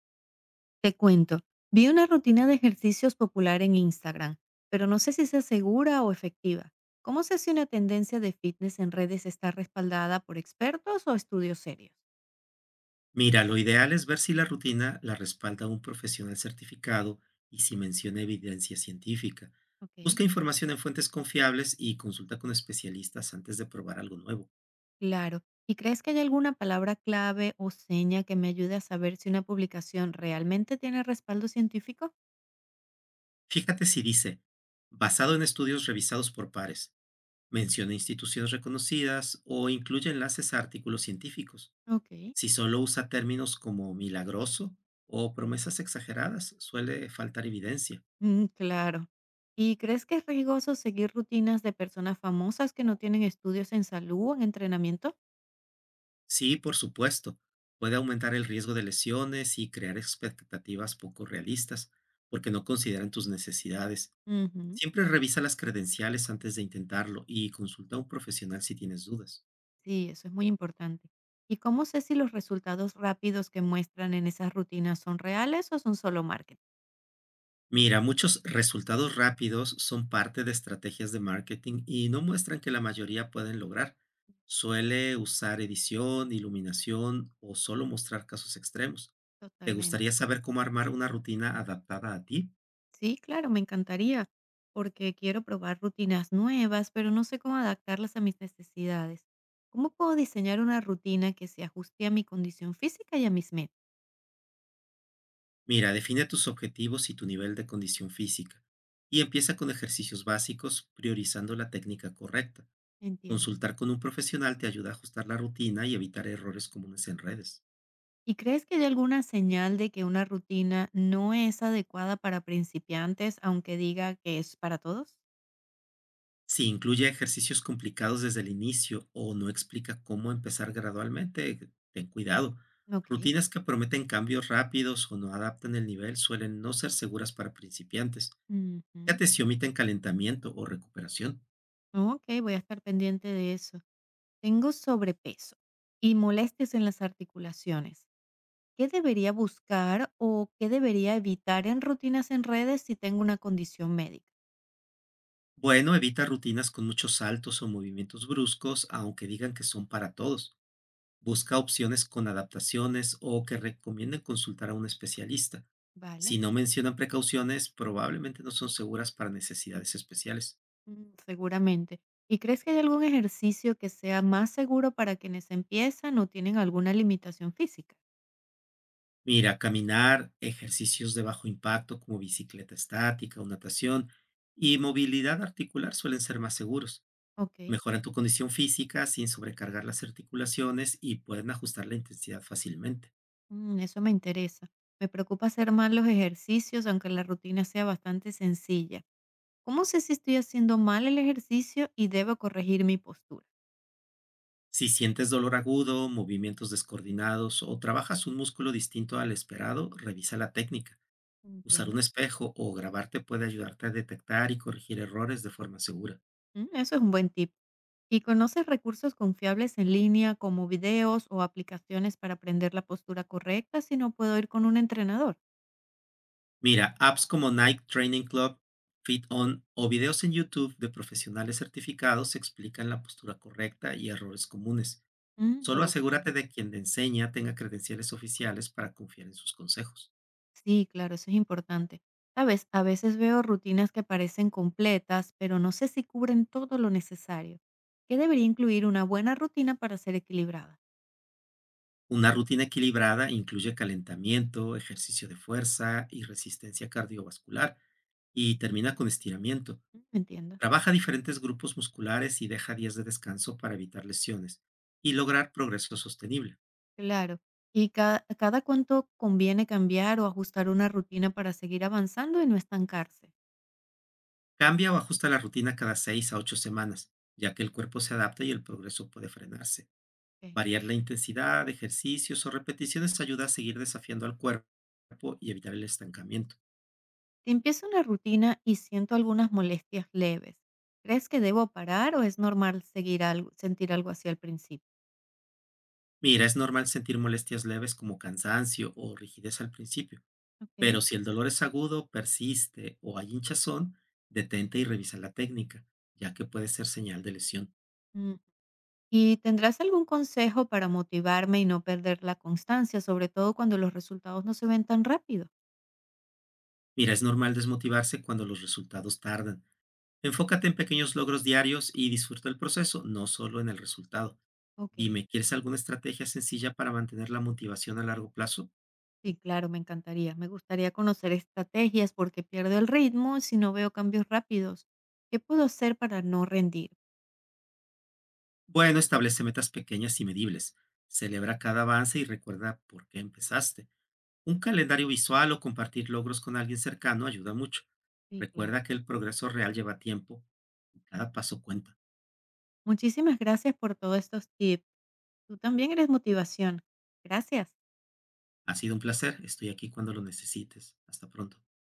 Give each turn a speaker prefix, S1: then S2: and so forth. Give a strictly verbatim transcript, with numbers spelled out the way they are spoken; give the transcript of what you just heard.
S1: Te cuento, vi una rutina de ejercicios popular en Instagram, pero no sé si sea segura o efectiva. ¿Cómo sé si una tendencia de fitness en redes está respaldada por expertos o estudios serios?
S2: Mira, lo ideal es ver si la rutina la respalda un profesional certificado y si menciona evidencia científica.
S1: Ok.
S2: Busca información en fuentes confiables y consulta con especialistas antes de probar algo nuevo.
S1: Claro. ¿Y crees que hay alguna palabra clave o seña que me ayude a saber si una publicación realmente tiene respaldo científico?
S2: Fíjate si dice, basado en estudios revisados por pares, menciona instituciones reconocidas o incluye enlaces a artículos científicos.
S1: Ok.
S2: Si solo usa términos como milagroso o promesas exageradas, suele faltar evidencia.
S1: Mm, claro. ¿Y crees que es riesgoso seguir rutinas de personas famosas que no tienen estudios en salud o en entrenamiento?
S2: Sí, por supuesto. Puede aumentar el riesgo de lesiones y crear expectativas poco realistas, porque no consideran tus necesidades.
S1: Ujú.
S2: Siempre revisa las credenciales antes de intentarlo y consulta a un profesional si tienes dudas.
S1: Sí, eso es muy importante. ¿Y cómo sé si los resultados rápidos que muestran en esas rutinas son reales o son solo marketing?
S2: Mira, muchos resultados rápidos son parte de estrategias de marketing y no muestran que la mayoría pueden lograr. Suele usar edición, iluminación o solo mostrar casos extremos. ¿Te
S1: Totalmente.
S2: gustaría saber cómo armar una rutina adaptada a ti?
S1: Sí, claro, me encantaría, porque quiero probar rutinas nuevas, pero no sé cómo adaptarlas a mis necesidades. ¿Cómo puedo diseñar una rutina que se ajuste a mi condición física y a mis metas?
S2: Mira, define tus objetivos y tu nivel de condición física y empieza con ejercicios básicos priorizando la técnica correcta.
S1: Entiendo.
S2: Consultar con un profesional te ayuda a ajustar la rutina y evitar errores comunes en redes.
S1: ¿Y crees que hay alguna señal de que una rutina no es adecuada para principiantes, aunque diga que es para todos?
S2: Si incluye ejercicios complicados desde el inicio o no explica cómo empezar gradualmente, ten cuidado.
S1: Ok.
S2: Rutinas que prometen cambios rápidos o no adaptan el nivel suelen no ser seguras para principiantes.
S1: Ujú.
S2: Fíjate si omiten calentamiento o recuperación.
S1: Ok, voy a estar pendiente de eso. Tengo sobrepeso y molestias en las articulaciones. ¿Qué debería buscar o qué debería evitar en rutinas en redes si tengo una condición médica?
S2: Bueno, evita rutinas con muchos saltos o movimientos bruscos, aunque digan que son para todos. Busca opciones con adaptaciones o que recomienden consultar a un especialista. Si
S1: Vale,
S2: no mencionan precauciones, probablemente no son seguras para necesidades especiales.
S1: mm, seguramente. ¿Y crees que hay algún ejercicio que sea más seguro para quienes empiezan o tienen alguna limitación física?
S2: Mira, caminar, ejercicios de bajo impacto como bicicleta estática o natación y movilidad articular suelen ser más seguros.
S1: Ok,
S2: Mejoran tu condición física sin sobrecargar las articulaciones y pueden ajustar la intensidad fácilmente.
S1: mm, eso me interesa. Me preocupa hacer mal los ejercicios, aunque la rutina sea bastante sencilla. ¿Cómo sé si estoy haciendo mal el ejercicio y debo corregir mi postura?
S2: Si sientes dolor agudo, movimientos descoordinados o trabajas un músculo distinto al esperado, revisa la técnica. Usar un
S1: Entiendo.
S2: espejo o grabarte puede ayudarte a detectar y corregir errores de forma segura.
S1: Mm, eso es un buen tip. ¿Y conoces recursos confiables en línea como videos o aplicaciones para aprender la postura correcta si no puedo ir con un entrenador?
S2: Mira, apps como Nike Training Club, Fit On o videos en YouTube de profesionales certificados explican la postura correcta y errores comunes.
S1: Mm, lo
S2: Solo
S1: buscaré.
S2: asegúrate de que quien te enseña tenga credenciales oficiales para confiar en sus consejos.
S1: Sí, claro, eso es importante. Sabes, a veces veo rutinas que parecen completas, pero no sé si cubren todo lo necesario. ¿Qué debería incluir una buena rutina para ser equilibrada?
S2: Una rutina equilibrada incluye calentamiento, ejercicio de fuerza y resistencia cardiovascular y termina con estiramiento.
S1: Mm, entiendo.
S2: Trabaja diferentes grupos musculares y deja días de descanso para evitar lesiones y lograr progreso sostenible.
S1: Claro. ¿Y ca- cada cuánto conviene cambiar o ajustar una rutina para seguir avanzando y no estancarse?
S2: Cambia o ajusta la rutina cada seis a ocho semanas, ya que el cuerpo se adapta y el progreso puede frenarse.
S1: Ok.
S2: Variar la intensidad, ejercicios o repeticiones ayuda a seguir desafiando al cuerpo y evitar el estancamiento.
S1: Si empiezo una rutina y siento algunas molestias leves, ¿crees que debo parar o es normal seguir algo, sentir algo así al principio?
S2: Mira, es normal sentir molestias leves como cansancio o rigidez al principio. Pero
S1: Ok.
S2: si el dolor es agudo, persiste o hay hinchazón, detente y revisa la técnica, ya que puede ser señal de lesión.
S1: Mm. ¿Y tendrás algún consejo para motivarme y no perder la constancia, sobre todo cuando los resultados no se ven tan rápido?
S2: Mira, es normal desmotivarse cuando los resultados tardan. Enfócate en pequeños logros diarios y disfruta el proceso, no solo en el resultado.
S1: Ok.
S2: Dime, ¿quieres alguna estrategia sencilla para mantener la motivación a largo plazo?
S1: Sí, claro, me encantaría. Me gustaría conocer estrategias porque pierdo el ritmo si no veo cambios rápidos. ¿Qué puedo hacer para no rendir?
S2: Bueno, establece metas pequeñas y medibles. Celebra cada avance y recuerda por qué empezaste. Un calendario visual o compartir logros con alguien cercano ayuda mucho.
S1: Sí, claro.
S2: Recuerda que el progreso real lleva tiempo y cada paso cuenta.
S1: Muchísimas gracias por todos estos tips. Tú también eres motivación. Gracias.
S2: Ha sido un placer. Estoy aquí cuando lo necesites. Hasta pronto.